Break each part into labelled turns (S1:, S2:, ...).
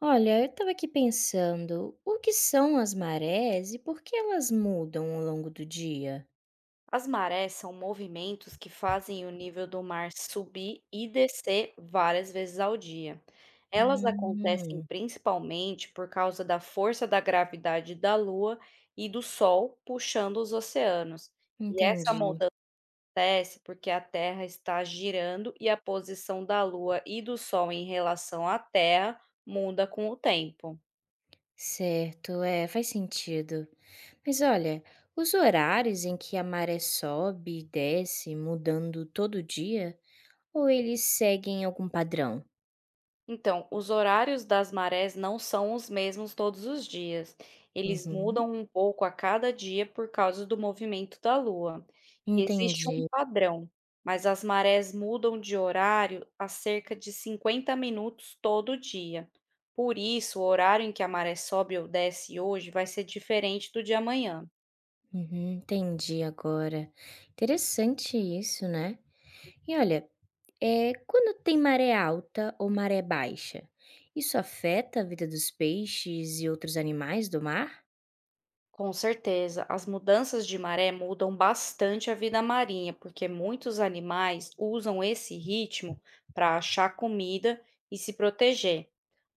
S1: Olha, eu estava aqui pensando, o que são as marés e por que elas mudam ao longo do dia?
S2: As marés são movimentos que fazem o nível do mar subir e descer várias vezes ao dia. Elas acontecem
S1: Hum,
S2: principalmente por causa da força da gravidade da Lua e do Sol puxando os oceanos. E essa
S1: entendi.
S2: mudança acontece porque a Terra está girando e a posição da Lua e do Sol em relação à Terra muda com o tempo.
S1: Certo, é, faz sentido. Mas olha, os horários em que a maré sobe e desce, mudando todo dia, ou eles seguem algum padrão?
S2: Então, os horários das marés não são os mesmos todos os dias. Eles
S1: Uhum,
S2: mudam um pouco a cada dia por causa do movimento da Lua. E existe um
S1: entendi.
S2: padrão, mas as marés mudam de horário a cerca de 50 minutos todo dia. Por isso, o horário em que a maré sobe ou desce hoje vai ser diferente do de amanhã.
S1: Uhum, entendi agora. Interessante isso, né? E olha, é, quando tem maré alta ou maré baixa, isso afeta a vida dos peixes e outros animais do mar?
S2: Com certeza, as mudanças de maré mudam bastante a vida marinha, porque muitos animais usam esse ritmo para achar comida e se proteger.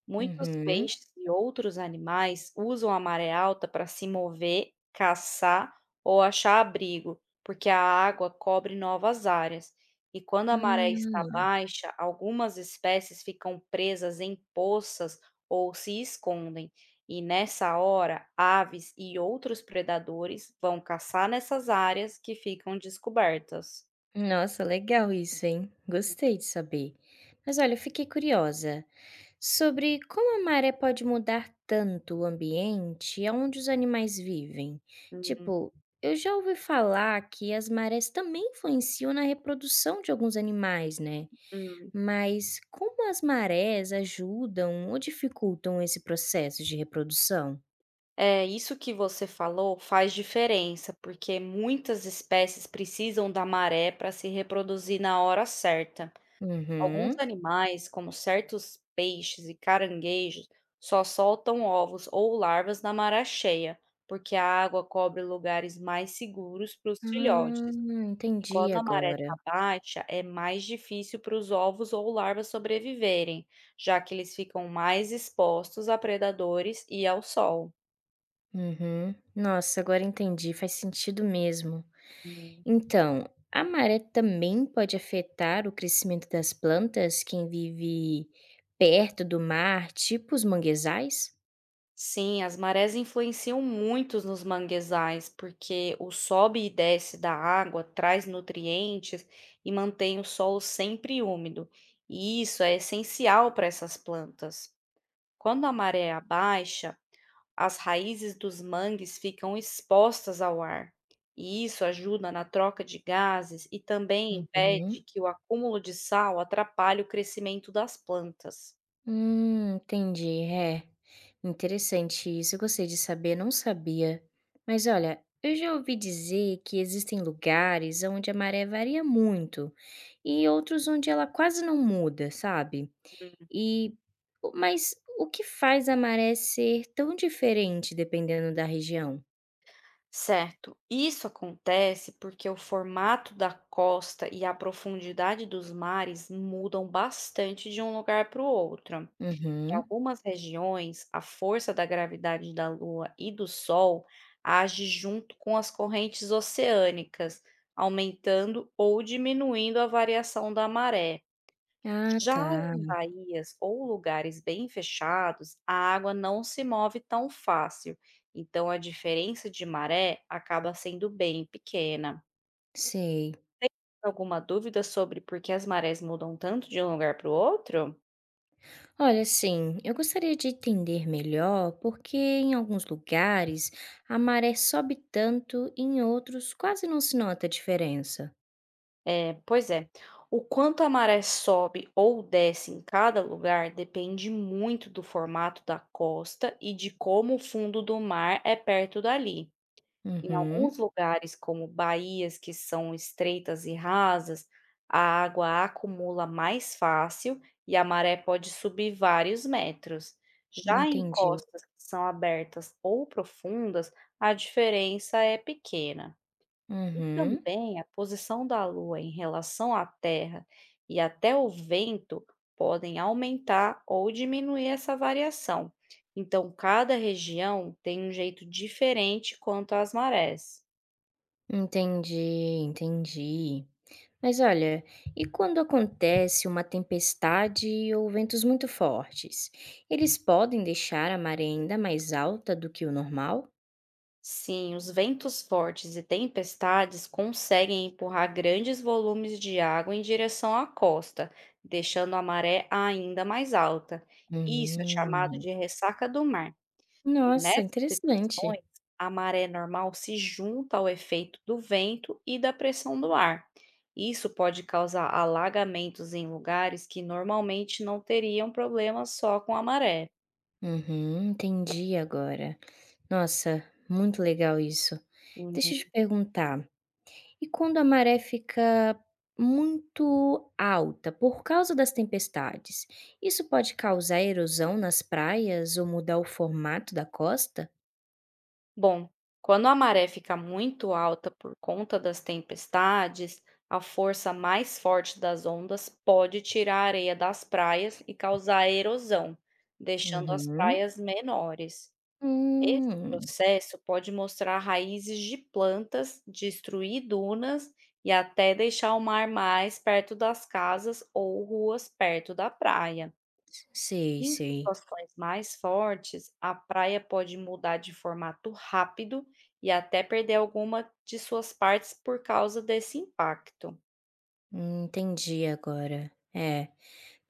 S2: Muitos
S1: Uhum.
S2: peixes e outros animais usam a maré alta para se mover, caçar ou achar abrigo, porque a água cobre novas áreas. E quando a maré está
S1: Ah,
S2: baixa, algumas espécies ficam presas em poças ou se escondem. E nessa hora, aves e outros predadores vão caçar nessas áreas que ficam descobertas.
S1: nossa, legal isso, hein? Gostei de saber. Mas olha, eu fiquei curiosa sobre como a maré pode mudar tanto o ambiente onde os animais vivem. Tipo, eu já ouvi falar que as marés também influenciam na reprodução de alguns animais, né?
S2: Uhum.
S1: Mas como as marés ajudam ou dificultam esse processo de reprodução?
S2: É, isso que você falou faz diferença, porque muitas espécies precisam da maré para se reproduzir na hora certa. Alguns
S1: Uhum.
S2: animais, como certos peixes e caranguejos, só soltam ovos ou larvas na maré cheia, porque a água cobre lugares mais seguros para os
S1: Ah,
S2: filhotes. E
S1: entendi
S2: quando a maré
S1: agora.
S2: está baixa, é mais difícil para os ovos ou larvas sobreviverem, já que eles ficam mais expostos a predadores e ao sol.
S1: Uhum. Nossa, agora entendi, faz sentido mesmo.
S2: Hum.
S1: Então, a maré também pode afetar o crescimento das plantas, quem vive perto do mar, tipo os manguezais?
S2: Sim, as marés influenciam muito nos manguezais, porque o sobe e desce da água traz nutrientes e mantém o solo sempre úmido. E isso é essencial para essas plantas. Quando a maré abaixa, as raízes dos mangues ficam expostas ao ar. E isso ajuda na troca de gases e também impede
S1: Uhum.
S2: que o acúmulo de sal atrapalhe o crescimento das plantas.
S1: Entendi. É, interessante isso. Eu gostei de saber, não sabia. Mas olha, eu já ouvi dizer que existem lugares onde a maré varia muito e outros onde ela quase não muda, sabe? E mas o que faz a maré ser tão diferente dependendo da região?
S2: Certo. Isso acontece porque o formato da costa e a profundidade dos mares mudam bastante de um lugar para o outro. Em
S1: Uhum.
S2: algumas regiões, a força da gravidade da Lua e do Sol age junto com as correntes oceânicas, aumentando ou diminuindo a variação da maré.
S1: Ah,
S2: Já
S1: tá.
S2: em baías ou lugares bem fechados, a água não se move tão fácil, então a diferença de maré acaba sendo bem pequena.
S1: Sei.
S2: Tem alguma dúvida sobre por que as marés mudam tanto de um lugar para o outro?
S1: Olha, assim, eu gostaria de entender melhor porque em alguns lugares a maré sobe tanto e em outros quase não se nota a diferença.
S2: É, pois é, o quanto a maré sobe ou desce em cada lugar depende muito do formato da costa e de como o fundo do mar é perto dali. Em
S1: Uhum,
S2: alguns lugares, como baías que são estreitas e rasas, a água acumula mais fácil e a maré pode subir vários metros. Já em
S1: entendi.
S2: costas que são abertas ou profundas, a diferença é pequena. E
S1: Uhum,
S2: também a posição da Lua em relação à Terra e até o vento podem aumentar ou diminuir essa variação. Então, cada região tem um jeito diferente quanto às marés.
S1: entendi, entendi. Mas olha, e quando acontece uma tempestade ou ventos muito fortes, eles podem deixar a maré ainda mais alta do que o normal?
S2: Sim, os ventos fortes e tempestades conseguem empurrar grandes volumes de água em direção à costa, deixando a maré ainda mais alta. Isso é chamado
S1: Hum,
S2: de ressaca do mar. E
S1: nossa,
S2: nessas
S1: interessante.
S2: situações, a maré normal se junta ao efeito do vento e da pressão do ar. Isso pode causar alagamentos em lugares que normalmente não teriam problemas só com a maré.
S1: Uhum, entendi agora. Nossa, muito legal isso. Deixa eu te perguntar, e quando a maré fica muito alta por causa das tempestades, isso pode causar erosão nas praias ou mudar o formato da costa?
S2: Bom, quando a maré fica muito alta por conta das tempestades, a força mais forte das ondas pode tirar a areia das praias e causar erosão, deixando as
S1: Uhum.
S2: praias menores. Esse
S1: Hum,
S2: processo pode mostrar raízes de plantas, destruir dunas e até deixar o mar mais perto das casas ou ruas perto da praia.
S1: sei,
S2: Em
S1: sei.
S2: situações mais fortes, a praia pode mudar de formato rápido e até perder alguma de suas partes por causa desse impacto.
S1: Entendi agora. É,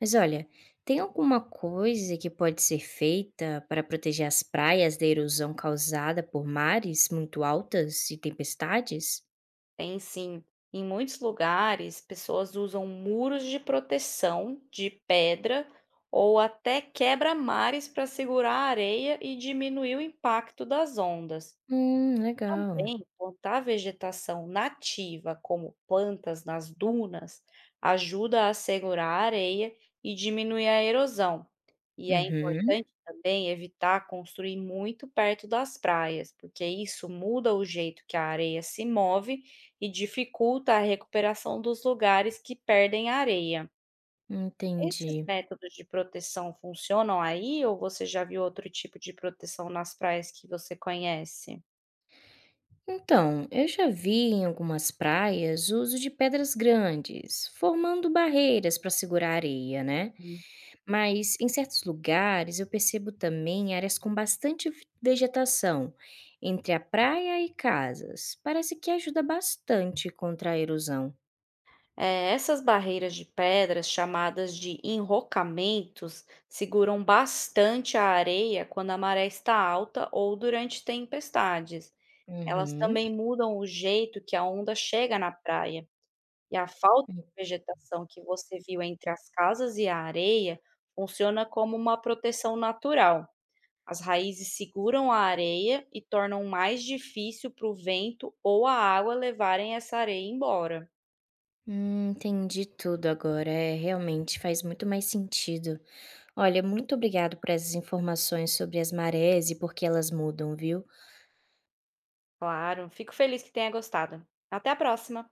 S1: mas olha, tem alguma coisa que pode ser feita para proteger as praias da erosão causada por mares muito altas e tempestades?
S2: Tem sim, em muitos lugares, pessoas usam muros de proteção de pedra ou até quebra-mares para segurar a areia e diminuir o impacto das ondas.
S1: Legal.
S2: Bem, plantar vegetação nativa, como plantas nas dunas, ajuda a segurar a areia e diminuir a erosão. E é
S1: Uhum,
S2: importante também evitar construir muito perto das praias, porque isso muda o jeito que a areia se move e dificulta a recuperação dos lugares que perdem areia.
S1: entendi.
S2: Esses métodos de proteção funcionam aí ou você já viu outro tipo de proteção nas praias que você conhece?
S1: Então, eu já vi em algumas praias o uso de pedras grandes, formando barreiras para segurar a areia, né? Mas em certos lugares eu percebo também áreas com bastante vegetação, entre a praia e casas. Parece que ajuda bastante contra a erosão.
S2: É, essas barreiras de pedras, chamadas de enrocamentos, seguram bastante a areia quando a maré está alta ou durante tempestades. Elas
S1: Uhum,
S2: também mudam o jeito que a onda chega na praia, e a falta de vegetação que você viu entre as casas e a areia funciona como uma proteção natural. As raízes seguram a areia e tornam mais difícil para o vento ou a água levarem essa areia embora.
S1: hum, entendi tudo agora. É, realmente faz muito mais sentido. Olha, muito obrigado por essas informações sobre as marés e por que elas mudam, viu?
S2: Claro, fico feliz que tenha gostado. Até a próxima!